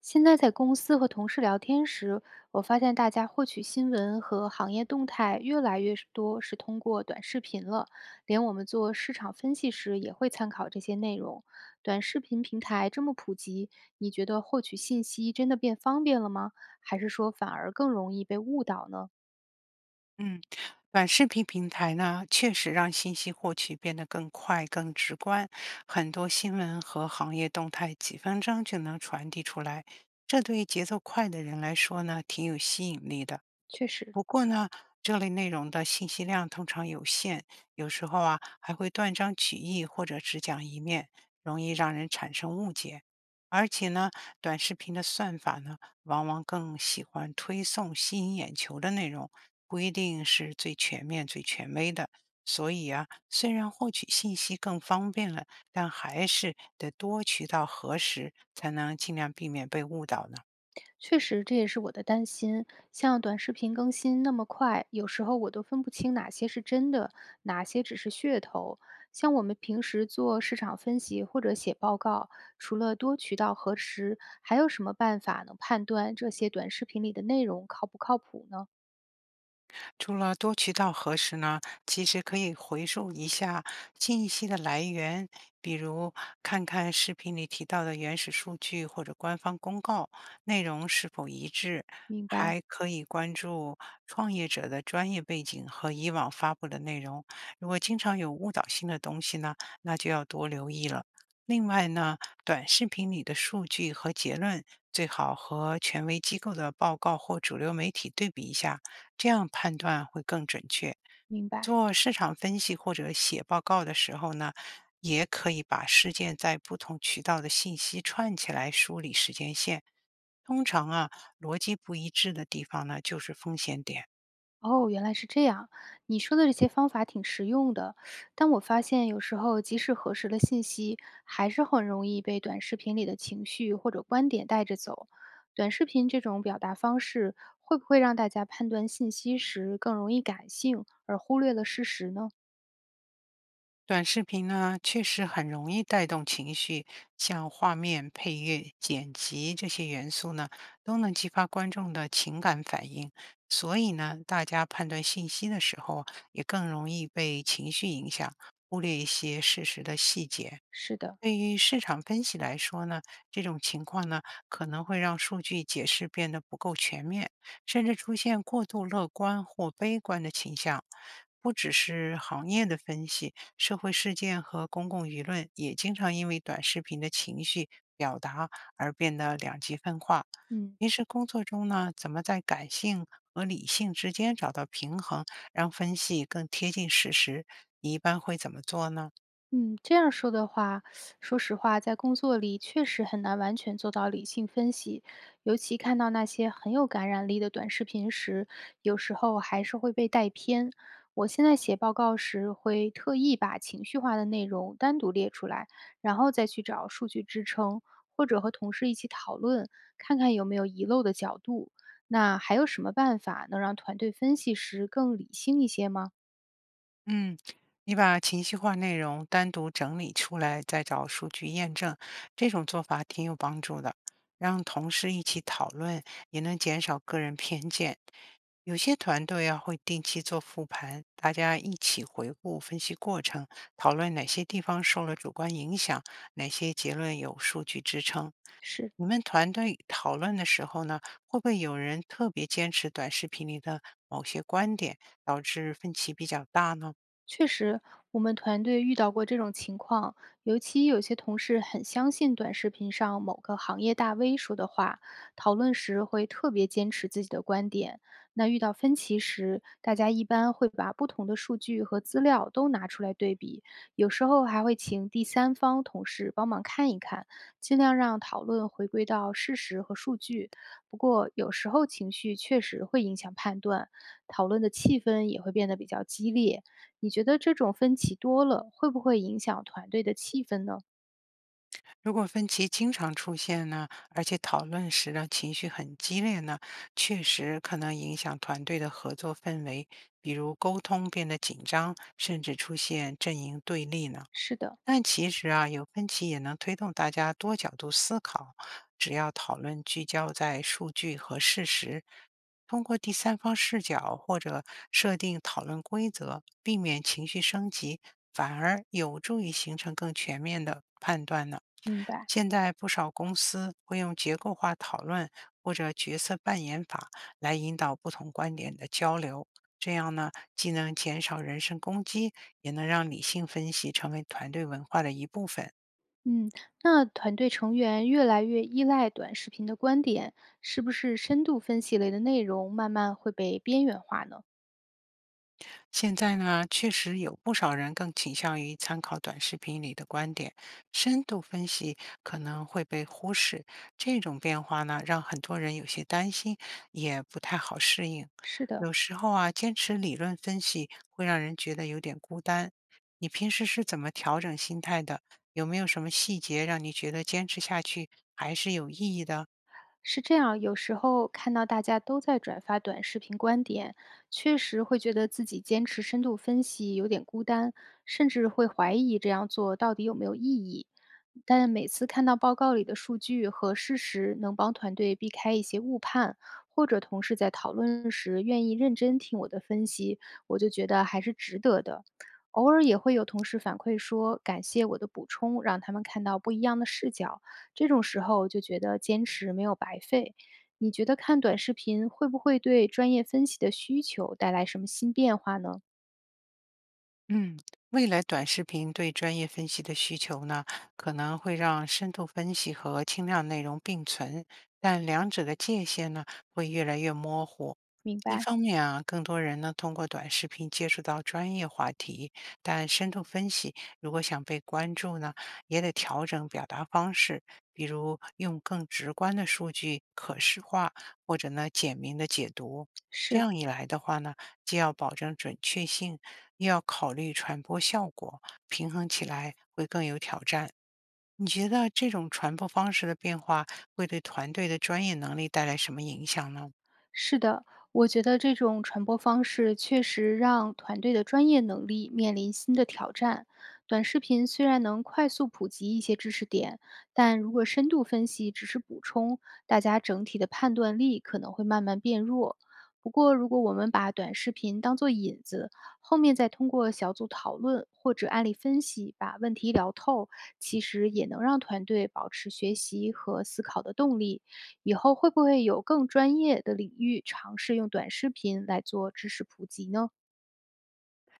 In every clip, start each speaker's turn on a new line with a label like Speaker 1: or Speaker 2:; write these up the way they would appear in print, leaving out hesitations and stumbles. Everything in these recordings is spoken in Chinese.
Speaker 1: 现在在公司和同事聊天时，我发现大家获取新闻和行业动态越来越是多是通过短视频了，连我们做市场分析时也会参考这些内容。短视频平台这么普及，你觉得获取信息真的变方便了吗？还是说反而更容易被误导呢？
Speaker 2: 嗯，短视频平台呢，确实让信息获取变得更快、更直观，很多新闻和行业动态几分钟就能传递出来，这对于节奏快的人来说呢，挺有吸引力的。
Speaker 1: 确实，
Speaker 2: 不过呢，这类内容的信息量通常有限，有时候啊还会断章取义或者只讲一面，容易让人产生误解。而且呢，短视频的算法呢，往往更喜欢推送吸引眼球的内容，不一定是最全面、最权威的。所以啊，虽然获取信息更方便了，但还是得多渠道核实，才能尽量避免被误导呢。
Speaker 1: 确实，这也是我的担心。像短视频更新那么快，有时候我都分不清哪些是真的，哪些只是噱头。像我们平时做市场分析或者写报告，除了多渠道核实，还有什么办法能判断这些短视频里的内容靠不靠谱呢？
Speaker 2: 除了多渠道核实呢，其实可以回溯一下信息的来源，比如看看视频里提到的原始数据或者官方公告，内容是否一致。
Speaker 1: 明白，
Speaker 2: 还可以关注创业者的专业背景和以往发布的内容，如果经常有误导性的东西呢，那就要多留意了。另外呢，短视频里的数据和结论最好和权威机构的报告或主流媒体对比一下，这样判断会更准确。
Speaker 1: 明白。
Speaker 2: 做市场分析或者写报告的时候呢，也可以把事件在不同渠道的信息串起来梳理时间线。通常啊，逻辑不一致的地方呢，就是风险点。
Speaker 1: 哦，原来是这样。你说的这些方法挺实用的，但我发现有时候即使核实了信息，还是很容易被短视频里的情绪或者观点带着走。短视频这种表达方式，会不会让大家判断信息时更容易感性，而忽略了事实呢？
Speaker 2: 短视频呢，确实很容易带动情绪，像画面、配乐、剪辑这些元素呢，都能激发观众的情感反应。所以呢，大家判断信息的时候啊，也更容易被情绪影响，忽略一些事实的细节。
Speaker 1: 是的，
Speaker 2: 对于市场分析来说呢，这种情况呢可能会让数据解释变得不够全面，甚至出现过度乐观或悲观的倾向。不只是行业的分析，社会事件和公共舆论也经常因为短视频的情绪表达而变得两极分化。
Speaker 1: 嗯。
Speaker 2: 平时工作中呢，怎么在感性和理性之间找到平衡，让分析更贴近事实？你一般会怎么做呢？
Speaker 1: 嗯，这样说的话，说实话，在工作里确实很难完全做到理性分析，尤其看到那些很有感染力的短视频时，有时候还是会被带偏。我现在写报告时，会特意把情绪化的内容单独列出来，然后再去找数据支撑，或者和同事一起讨论，看看有没有遗漏的角度。那还有什么办法能让团队分析时更理性一些吗？
Speaker 2: 嗯，你把情绪化内容单独整理出来，再找数据验证，这种做法挺有帮助的。让同事一起讨论，也能减少个人偏见。有些团队啊会定期做复盘，大家一起回顾分析过程，讨论哪些地方受了主观影响，哪些结论有数据支撑。
Speaker 1: 是，
Speaker 2: 你们团队讨论的时候呢，会不会有人特别坚持短视频里的某些观点，导致分歧比较大呢？
Speaker 1: 确实，我们团队遇到过这种情况，尤其有些同事很相信短视频上某个行业大 V 说的话，讨论时会特别坚持自己的观点。那遇到分歧时，大家一般会把不同的数据和资料都拿出来对比，有时候还会请第三方同事帮忙看一看，尽量让讨论回归到事实和数据。不过，有时候情绪确实会影响判断，讨论的气氛也会变得比较激烈。你觉得这种分歧多了，会不会影响团队的气氛呢？
Speaker 2: 如果分歧经常出现呢，而且讨论时呢情绪很激烈呢，确实可能影响团队的合作氛围，比如沟通变得紧张，甚至出现阵营对立呢。
Speaker 1: 是的，
Speaker 2: 但其实啊，有分歧也能推动大家多角度思考。只要讨论聚焦在数据和事实，通过第三方视角或者设定讨论规则，避免情绪升级，反而有助于形成更全面的判断呢。
Speaker 1: 明白。
Speaker 2: 现在不少公司会用结构化讨论或者角色扮演法来引导不同观点的交流，这样呢，既能减少人身攻击，也能让理性分析成为团队文化的一部分。
Speaker 1: 嗯，那团队成员越来越依赖短视频的观点，是不是深度分析类的内容慢慢会被边缘化呢？
Speaker 2: 现在呢，确实有不少人更倾向于参考短视频里的观点，深度分析可能会被忽视。这种变化呢，让很多人有些担心，也不太好适应。
Speaker 1: 是的，
Speaker 2: 有时候啊，坚持理论分析会让人觉得有点孤单。你平时是怎么调整心态的？有没有什么细节让你觉得坚持下去还是有意义的？
Speaker 1: 是这样，有时候看到大家都在转发短视频观点，确实会觉得自己坚持深度分析有点孤单，甚至会怀疑这样做到底有没有意义。但每次看到报告里的数据和事实，能帮团队避开一些误判，或者同事在讨论时愿意认真听我的分析，我就觉得还是值得的。偶尔也会有同事反馈说，感谢我的补充，让他们看到不一样的视角。这种时候就觉得坚持没有白费。你觉得看短视频会不会对专业分析的需求带来什么新变化呢？
Speaker 2: 嗯，未来短视频对专业分析的需求呢，可能会让深度分析和轻量内容并存，但两者的界限呢，会越来越模糊。
Speaker 1: 明
Speaker 2: 一
Speaker 1: 白，
Speaker 2: 方面啊，更多人呢通过短视频接触到专业话题，但深度分析如果想被关注呢，也得调整表达方式，比如用更直观的数据可视化，或者呢简明的解读。这
Speaker 1: 是。
Speaker 2: 样一来的话呢，既要保证准确性，又要考虑传播效果，平衡起来会更有挑战。你觉得这种传播方式的变化会对团队的专业能力带来什么影响呢？
Speaker 1: 是的，我觉得这种传播方式确实让团队的专业能力面临新的挑战。短视频虽然能快速普及一些知识点，但如果深度分析只是补充，大家整体的判断力可能会慢慢变弱。不过，如果我们把短视频当做引子，后面再通过小组讨论或者案例分析把问题聊透，其实也能让团队保持学习和思考的动力。以后会不会有更专业的领域尝试用短视频来做知识普及呢？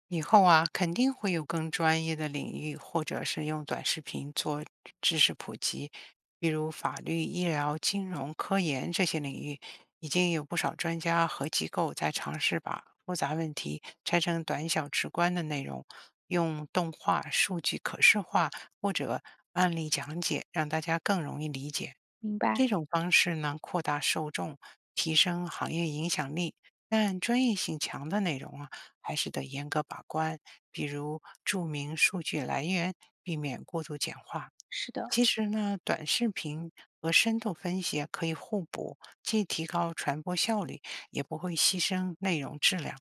Speaker 2: 以后啊，肯定会有更专业的领域，或者是用短视频做知识普及，比如法律、医疗、金融、科研这些领域，已经有不少专家和机构在尝试把复杂问题拆成短小直观的内容，用动画、数据可视化或者案例讲解，让大家更容易理解。
Speaker 1: 明白，
Speaker 2: 这种方式呢，扩大受众，提升行业影响力，但专业性强的内容啊，还是得严格把关，比如注明数据来源，避免过度简化。
Speaker 1: 是的，
Speaker 2: 其实呢，短视频和深度分析啊可以互补，既提高传播效率，也不会牺牲内容质量。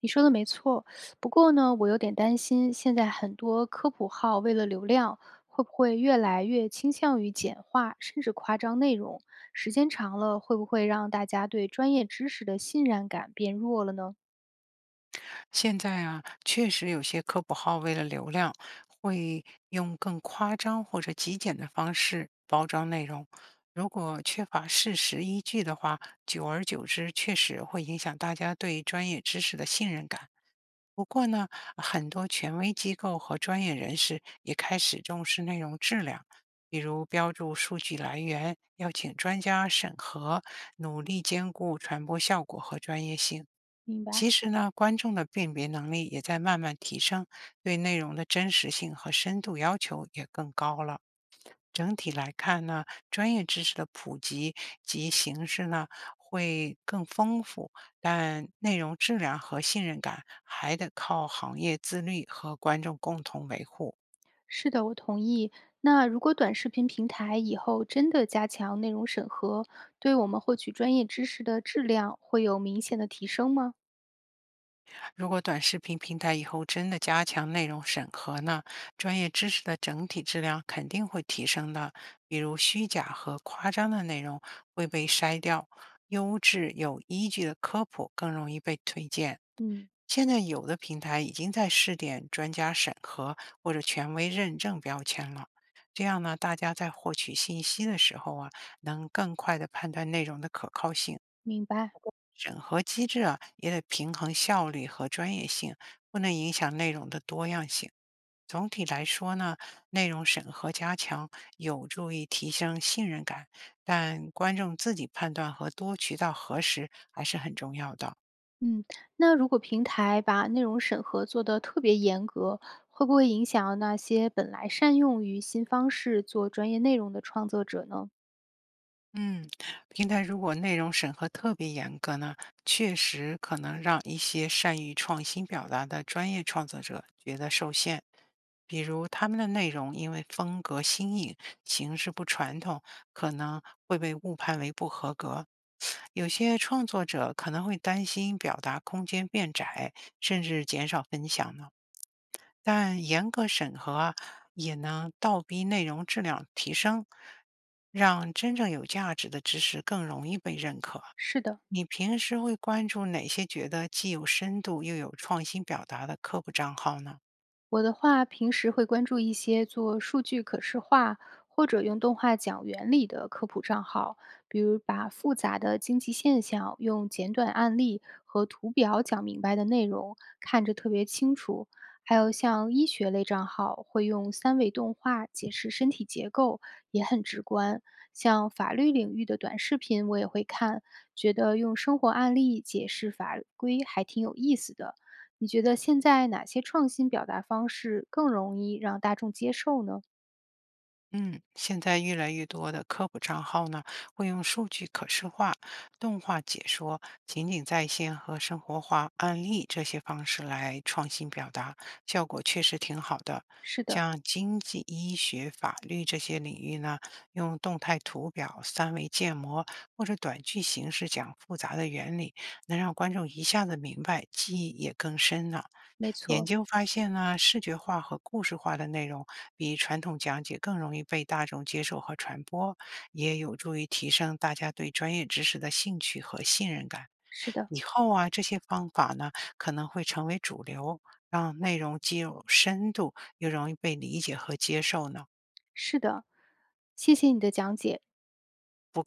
Speaker 1: 你说的没错。不过呢，我有点担心，现在很多科普号为了流量，会不会越来越倾向于简化，甚至夸张内容？时间长了，会不会让大家对专业知识的信任感变弱了呢？
Speaker 2: 现在啊，确实有些科普号为了流量，会用更夸张或者极简的方式包装内容。如果缺乏事实依据的话，久而久之确实会影响大家对专业知识的信任感。不过呢，很多权威机构和专业人士也开始重视内容质量，比如标注数据来源，邀请专家审核，努力兼顾传播效果和专业性。
Speaker 1: 明白。
Speaker 2: 其实呢，观众的辨别能力也在慢慢提升，对内容的真实性和深度要求也更高了。整体来看呢，专业知识的普及及形式呢会更丰富，但内容质量和信任感还得靠行业自律和观众共同维护。
Speaker 1: 是的，我同意。那如果短视频平台以后真的加强内容审核，对我们获取专业知识的质量会有明显的提升吗？
Speaker 2: 如果短视频平台以后真的加强内容审核呢，专业知识的整体质量肯定会提升的。比如虚假和夸张的内容会被筛掉，优质有依据的科普更容易被推荐。
Speaker 1: 嗯，
Speaker 2: 现在有的平台已经在试点专家审核或者权威认证标签了，这样呢，大家在获取信息的时候啊，能更快地判断内容的可靠性。
Speaker 1: 明白。
Speaker 2: 审核机制啊，也得平衡效率和专业性，不能影响内容的多样性。总体来说呢，内容审核加强有助于提升信任感，但观众自己判断和多渠道核实还是很重要的。
Speaker 1: 嗯，那如果平台把内容审核做得特别严格，会不会影响那些本来善用于新方式做专业内容的创作者呢？
Speaker 2: 嗯，平台如果内容审核特别严格呢，确实可能让一些善于创新表达的专业创作者觉得受限。比如，他们的内容因为风格新颖、形式不传统，可能会被误判为不合格。有些创作者可能会担心表达空间变窄，甚至减少分享。但严格审核啊，也能倒逼内容质量提升，让真正有价值的知识更容易被认可。
Speaker 1: 是的，
Speaker 2: 你平时会关注哪些觉得既有深度又有创新表达的科普账号呢？
Speaker 1: 我的话，平时会关注一些做数据可视化或者用动画讲原理的科普账号，比如把复杂的经济现象用简短案例和图表讲明白的内容，看着特别清楚。还有像医学类账号会用三维动画解释身体结构，也很直观。像法律领域的短视频我也会看，觉得用生活案例解释法规还挺有意思的。你觉得现在哪些创新表达方式更容易让大众接受呢？
Speaker 2: 嗯，现在越来越多的科普账号呢，会用数据可视化、动画解说、情景再现和生活化案例这些方式来创新表达，效果确实挺好的。
Speaker 1: 是的，
Speaker 2: 像经济、医学、法律这些领域呢，用动态图表、三维建模或者短剧形式讲复杂的原理，能让观众一下子明白，记忆也更深呢。
Speaker 1: 没
Speaker 2: 研
Speaker 1: 错，
Speaker 2: 究发现呢，视觉化和故事化的内容比传统讲解更容易被大众接受和传播，也有助于提升大家对专业知识的兴趣和信任感。
Speaker 1: 是的，
Speaker 2: 以后啊，这些方法呢可能会成为主流，让内容既有深度，又容易被理解和接受呢。
Speaker 1: 是的。谢谢你的讲解。